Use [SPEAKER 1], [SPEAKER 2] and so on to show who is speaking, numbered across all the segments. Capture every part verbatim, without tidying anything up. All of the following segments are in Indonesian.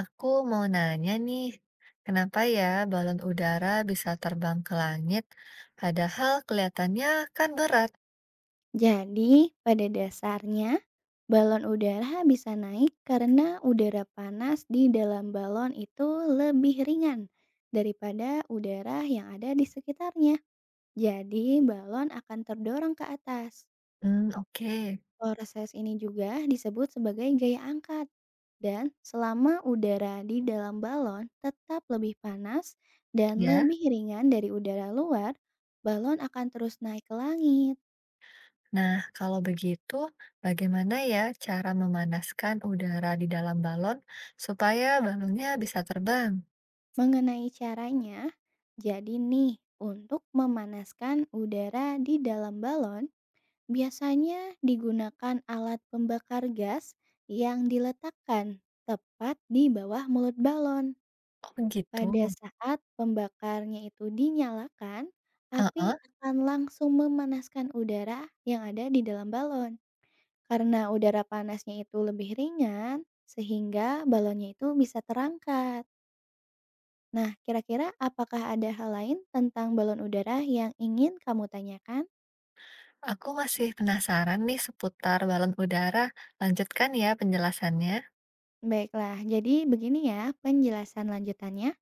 [SPEAKER 1] Aku mau nanya nih, kenapa ya balon udara bisa terbang ke langit, padahal kelihatannya kan berat?
[SPEAKER 2] Jadi, pada dasarnya, balon udara bisa naik karena udara panas di dalam balon itu lebih ringan daripada udara yang ada di sekitarnya. Jadi, balon akan terdorong ke atas.
[SPEAKER 1] Hmm, oke.
[SPEAKER 2] Proses ini juga disebut sebagai gaya angkat. Dan selama udara di dalam balon tetap lebih panas dan
[SPEAKER 1] Ya,
[SPEAKER 2] lebih ringan dari udara luar, balon akan terus naik ke langit.
[SPEAKER 1] nah kalau begitu, bagaimana ya cara memanaskan udara di dalam balon supaya balonnya bisa terbang?
[SPEAKER 2] Mengenai caranya, jadi nih, untuk memanaskan udara di dalam balon, biasanya digunakan alat pembakar gas yang diletakkan tepat di bawah mulut balon.
[SPEAKER 1] Oh gitu.
[SPEAKER 2] Pada saat pembakarnya itu dinyalakan, api
[SPEAKER 1] Heeh,
[SPEAKER 2] akan langsung memanaskan udara yang ada di dalam balon. Karena udara panasnya itu lebih ringan, sehingga balonnya itu bisa terangkat. Nah, kira-kira apakah ada hal lain tentang balon udara yang ingin kamu tanyakan?
[SPEAKER 1] aku masih penasaran nih seputar balon udara. Lanjutkan ya penjelasannya.
[SPEAKER 2] Baiklah, jadi begini ya penjelasan lanjutannya.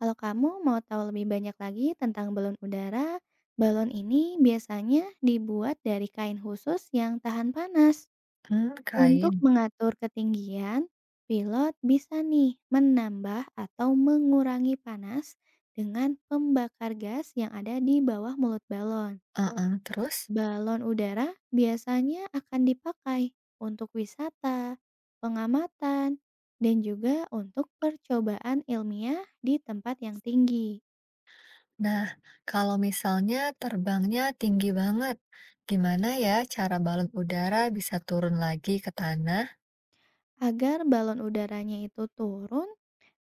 [SPEAKER 2] Kalau kamu mau tahu lebih banyak lagi tentang balon udara, balon ini biasanya dibuat dari kain khusus yang tahan panas.
[SPEAKER 1] Hmm,
[SPEAKER 2] Untuk
[SPEAKER 1] kain.
[SPEAKER 2] mengatur ketinggian, pilot bisa nih menambah atau mengurangi panas dengan pembakar gas yang ada di bawah mulut balon.
[SPEAKER 1] Heeh, terus?
[SPEAKER 2] Balon udara biasanya akan dipakai untuk wisata, pengamatan, dan juga untuk percobaan ilmiah di tempat yang tinggi.
[SPEAKER 1] Nah, kalau misalnya terbangnya tinggi banget, gimana ya cara balon udara bisa turun lagi ke tanah?
[SPEAKER 2] Agar balon udaranya itu turun,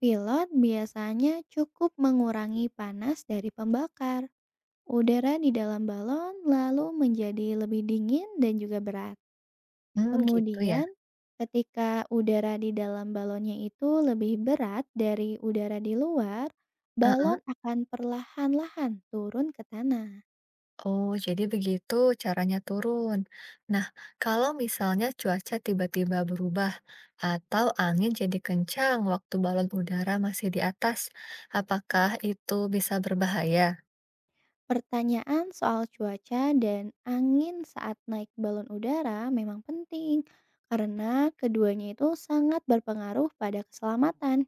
[SPEAKER 2] pilot biasanya cukup mengurangi panas dari pembakar. Udara di dalam balon lalu menjadi lebih dingin dan juga berat.
[SPEAKER 1] Hmm, gitu ya.
[SPEAKER 2] Kemudian, ketika udara di dalam balonnya itu lebih berat dari udara di luar,
[SPEAKER 1] Heeh.
[SPEAKER 2] balon akan perlahan-lahan turun ke tanah.
[SPEAKER 1] Oh, jadi begitu caranya turun. Nah, kalau misalnya cuaca tiba-tiba berubah atau angin jadi kencang waktu balon udara masih di atas, apakah itu bisa berbahaya?
[SPEAKER 2] Pertanyaan soal cuaca dan angin saat naik balon udara memang penting karena keduanya itu sangat berpengaruh pada keselamatan.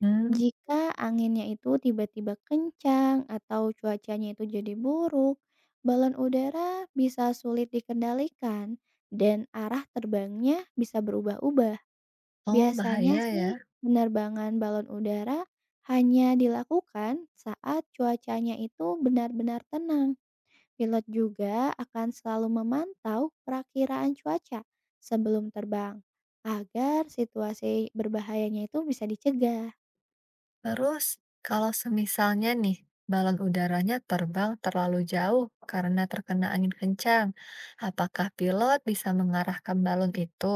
[SPEAKER 1] Hmm,
[SPEAKER 2] Jika anginnya itu tiba-tiba kencang atau cuacanya itu jadi buruk, balon udara bisa sulit dikendalikan dan arah terbangnya bisa berubah-ubah.
[SPEAKER 1] oh,
[SPEAKER 2] Biasanya
[SPEAKER 1] bahaya ya.
[SPEAKER 2] sih penerbangan balon udara hanya dilakukan saat cuacanya itu benar-benar tenang. Pilot juga akan selalu memantau perakiraan cuaca sebelum terbang agar situasi berbahayanya itu bisa dicegah.
[SPEAKER 1] Terus, kalau semisalnya nih, balon udaranya terbang terlalu jauh karena terkena angin kencang, apakah pilot bisa mengarahkan balon itu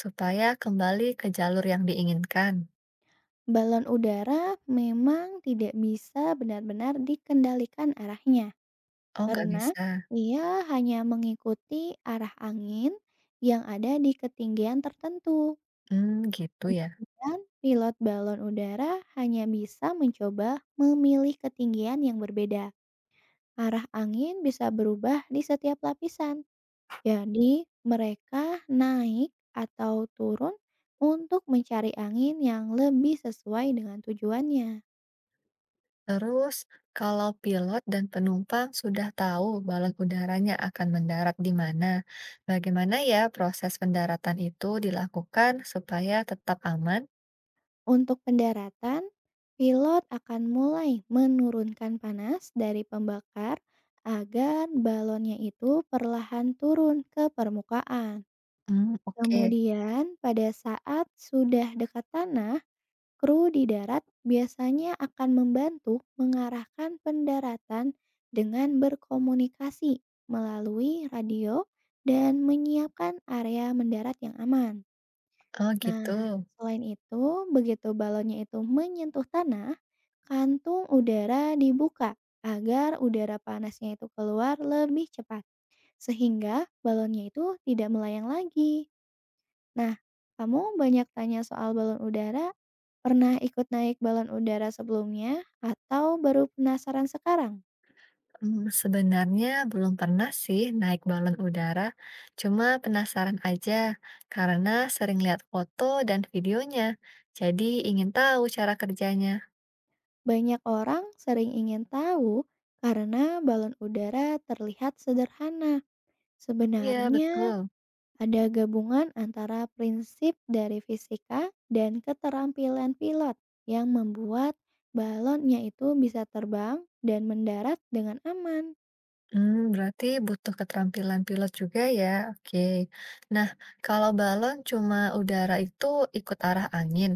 [SPEAKER 1] supaya kembali ke jalur yang diinginkan?
[SPEAKER 2] Balon udara memang tidak bisa benar-benar dikendalikan arahnya,
[SPEAKER 1] Oh, nggak
[SPEAKER 2] karena
[SPEAKER 1] bisa.
[SPEAKER 2] ia hanya mengikuti arah angin yang ada di ketinggian tertentu.
[SPEAKER 1] Hmm, gitu ya.
[SPEAKER 2] Dan pilot balon udara hanya bisa mencoba memilih ketinggian yang berbeda. Arah angin bisa berubah di setiap lapisan. Jadi, mereka naik atau turun untuk mencari angin yang lebih sesuai dengan tujuannya.
[SPEAKER 1] Terus, kalau pilot dan penumpang sudah tahu balon udaranya akan mendarat di mana, bagaimana ya proses pendaratan itu dilakukan supaya tetap aman?
[SPEAKER 2] Untuk pendaratan, pilot akan mulai menurunkan panas dari pembakar agar balonnya itu perlahan turun ke permukaan.
[SPEAKER 1] Hmm, oke.
[SPEAKER 2] Kemudian, pada saat sudah dekat tanah, kru di darat biasanya akan membantu mengarahkan pendaratan dengan berkomunikasi melalui radio dan menyiapkan area mendarat yang aman.
[SPEAKER 1] Oh, gitu.
[SPEAKER 2] Nah, selain itu, begitu balonnya itu menyentuh tanah, kantung udara dibuka agar udara panasnya itu keluar lebih cepat, sehingga balonnya itu tidak melayang lagi. Nah, kamu banyak tanya soal balon udara, pernah ikut naik balon udara sebelumnya atau baru penasaran sekarang?
[SPEAKER 1] Mmm, sebenarnya belum pernah sih naik balon udara, cuma penasaran aja karena sering lihat foto dan videonya, jadi ingin tahu cara kerjanya.
[SPEAKER 2] Banyak orang sering ingin tahu karena balon udara terlihat sederhana.
[SPEAKER 1] Iya,
[SPEAKER 2] Sebenarnya
[SPEAKER 1] betul.
[SPEAKER 2] ada gabungan antara prinsip dari fisika dan keterampilan pilot yang membuat balonnya itu bisa terbang dan mendarat dengan aman.
[SPEAKER 1] Hmm, berarti butuh keterampilan pilot juga ya, oke. Nah, kalau balon cuma udara itu ikut arah angin,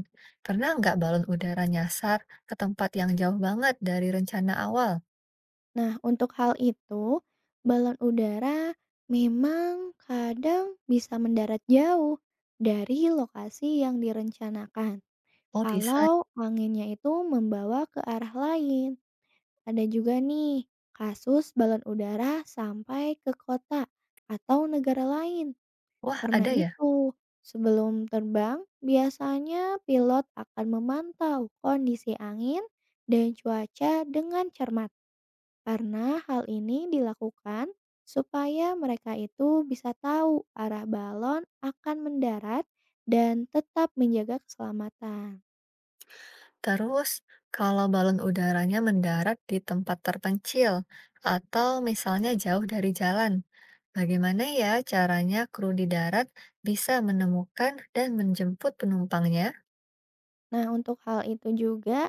[SPEAKER 1] pernah nggak balon udara nyasar ke tempat yang jauh banget dari rencana awal?
[SPEAKER 2] Nah, untuk hal itu, balon udara memang kadang bisa mendarat jauh dari lokasi yang direncanakan.
[SPEAKER 1] Oh bisa.
[SPEAKER 2] Kalau anginnya itu membawa ke arah lain. Ada juga nih kasus balon udara sampai ke kota atau negara lain.
[SPEAKER 1] Wah,
[SPEAKER 2] Karena
[SPEAKER 1] ada ya?
[SPEAKER 2] itu, sebelum terbang, biasanya pilot akan memantau kondisi angin dan cuaca dengan cermat. Karena hal ini dilakukan supaya mereka itu bisa tahu arah balon akan mendarat dan tetap menjaga keselamatan.
[SPEAKER 1] Terus, kalau balon udaranya mendarat di tempat terpencil atau misalnya jauh dari jalan, bagaimana ya caranya kru di darat bisa menemukan dan menjemput penumpangnya?
[SPEAKER 2] Nah, untuk hal itu juga,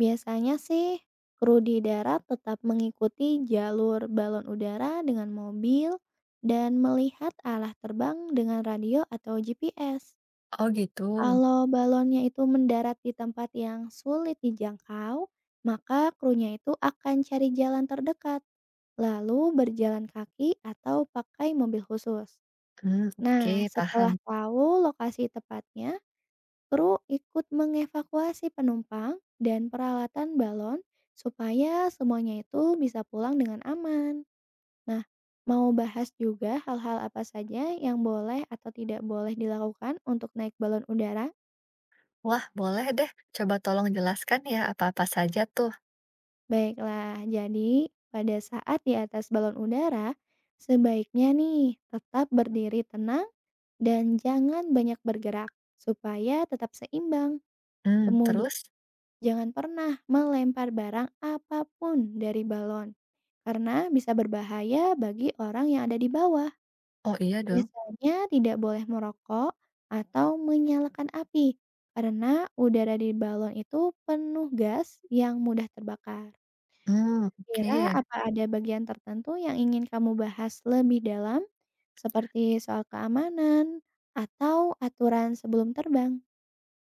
[SPEAKER 2] biasanya sih kru di darat tetap mengikuti jalur balon udara dengan mobil dan melihat arah terbang dengan radio atau G P S.
[SPEAKER 1] Oh gitu.
[SPEAKER 2] Kalau balonnya itu mendarat di tempat yang sulit dijangkau, maka krunya itu akan cari jalan terdekat, lalu berjalan kaki atau pakai mobil khusus.
[SPEAKER 1] Hmm, oke,
[SPEAKER 2] Nah, setelah
[SPEAKER 1] paham.
[SPEAKER 2] tahu lokasi tepatnya, kru ikut mengevakuasi penumpang dan peralatan balon supaya semuanya itu bisa pulang dengan aman. Nah, mau bahas juga hal-hal apa saja yang boleh atau tidak boleh dilakukan untuk naik balon udara?
[SPEAKER 1] Wah, boleh deh. Coba tolong jelaskan ya apa-apa saja tuh.
[SPEAKER 2] Baiklah, jadi pada saat di atas balon udara, sebaiknya nih tetap berdiri tenang dan jangan banyak bergerak supaya tetap seimbang.
[SPEAKER 1] Hmm,
[SPEAKER 2] Kemudian,
[SPEAKER 1] terus?
[SPEAKER 2] jangan pernah melempar barang apapun dari balon, karena bisa berbahaya bagi orang yang ada di bawah.
[SPEAKER 1] Oh iya dong.
[SPEAKER 2] Biasanya tidak boleh merokok atau menyalakan api, karena udara di balon itu penuh gas yang mudah terbakar.
[SPEAKER 1] Hmm,
[SPEAKER 2] Kira
[SPEAKER 1] oke.
[SPEAKER 2] apa ada bagian tertentu yang ingin kamu bahas lebih dalam, seperti soal keamanan atau aturan sebelum terbang?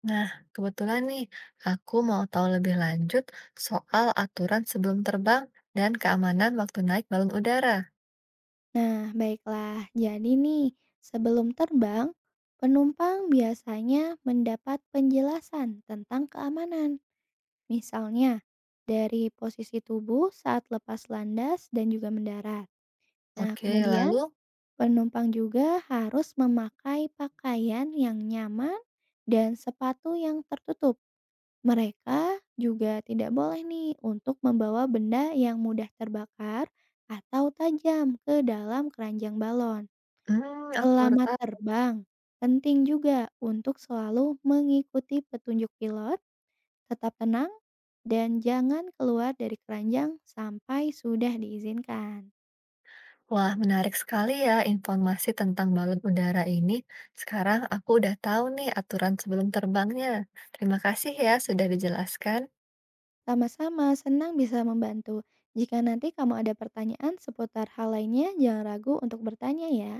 [SPEAKER 1] Nah, kebetulan nih, aku mau tahu lebih lanjut soal aturan sebelum terbang dan keamanan waktu naik balon udara.
[SPEAKER 2] Nah, baiklah. Jadi nih, sebelum terbang, penumpang biasanya mendapat penjelasan tentang keamanan. Misalnya, dari posisi tubuh saat lepas landas dan juga mendarat. Nah,
[SPEAKER 1] Oke,
[SPEAKER 2] kemudian
[SPEAKER 1] lalu,
[SPEAKER 2] penumpang juga harus memakai pakaian yang nyaman dan sepatu yang tertutup. Mereka juga tidak boleh nih untuk membawa benda yang mudah terbakar atau tajam ke dalam keranjang balon.
[SPEAKER 1] hmm, aku baru
[SPEAKER 2] Selamat
[SPEAKER 1] tahu.
[SPEAKER 2] terbang. Penting juga untuk selalu mengikuti petunjuk pilot, tetap tenang, dan jangan keluar dari keranjang sampai sudah diizinkan.
[SPEAKER 1] Wah, menarik sekali ya informasi tentang balon udara ini. Sekarang aku udah tahu nih aturan sebelum terbangnya. Terima kasih ya sudah dijelaskan.
[SPEAKER 2] Sama-sama, senang bisa membantu. Jika nanti kamu ada pertanyaan seputar hal lainnya, jangan ragu untuk bertanya ya.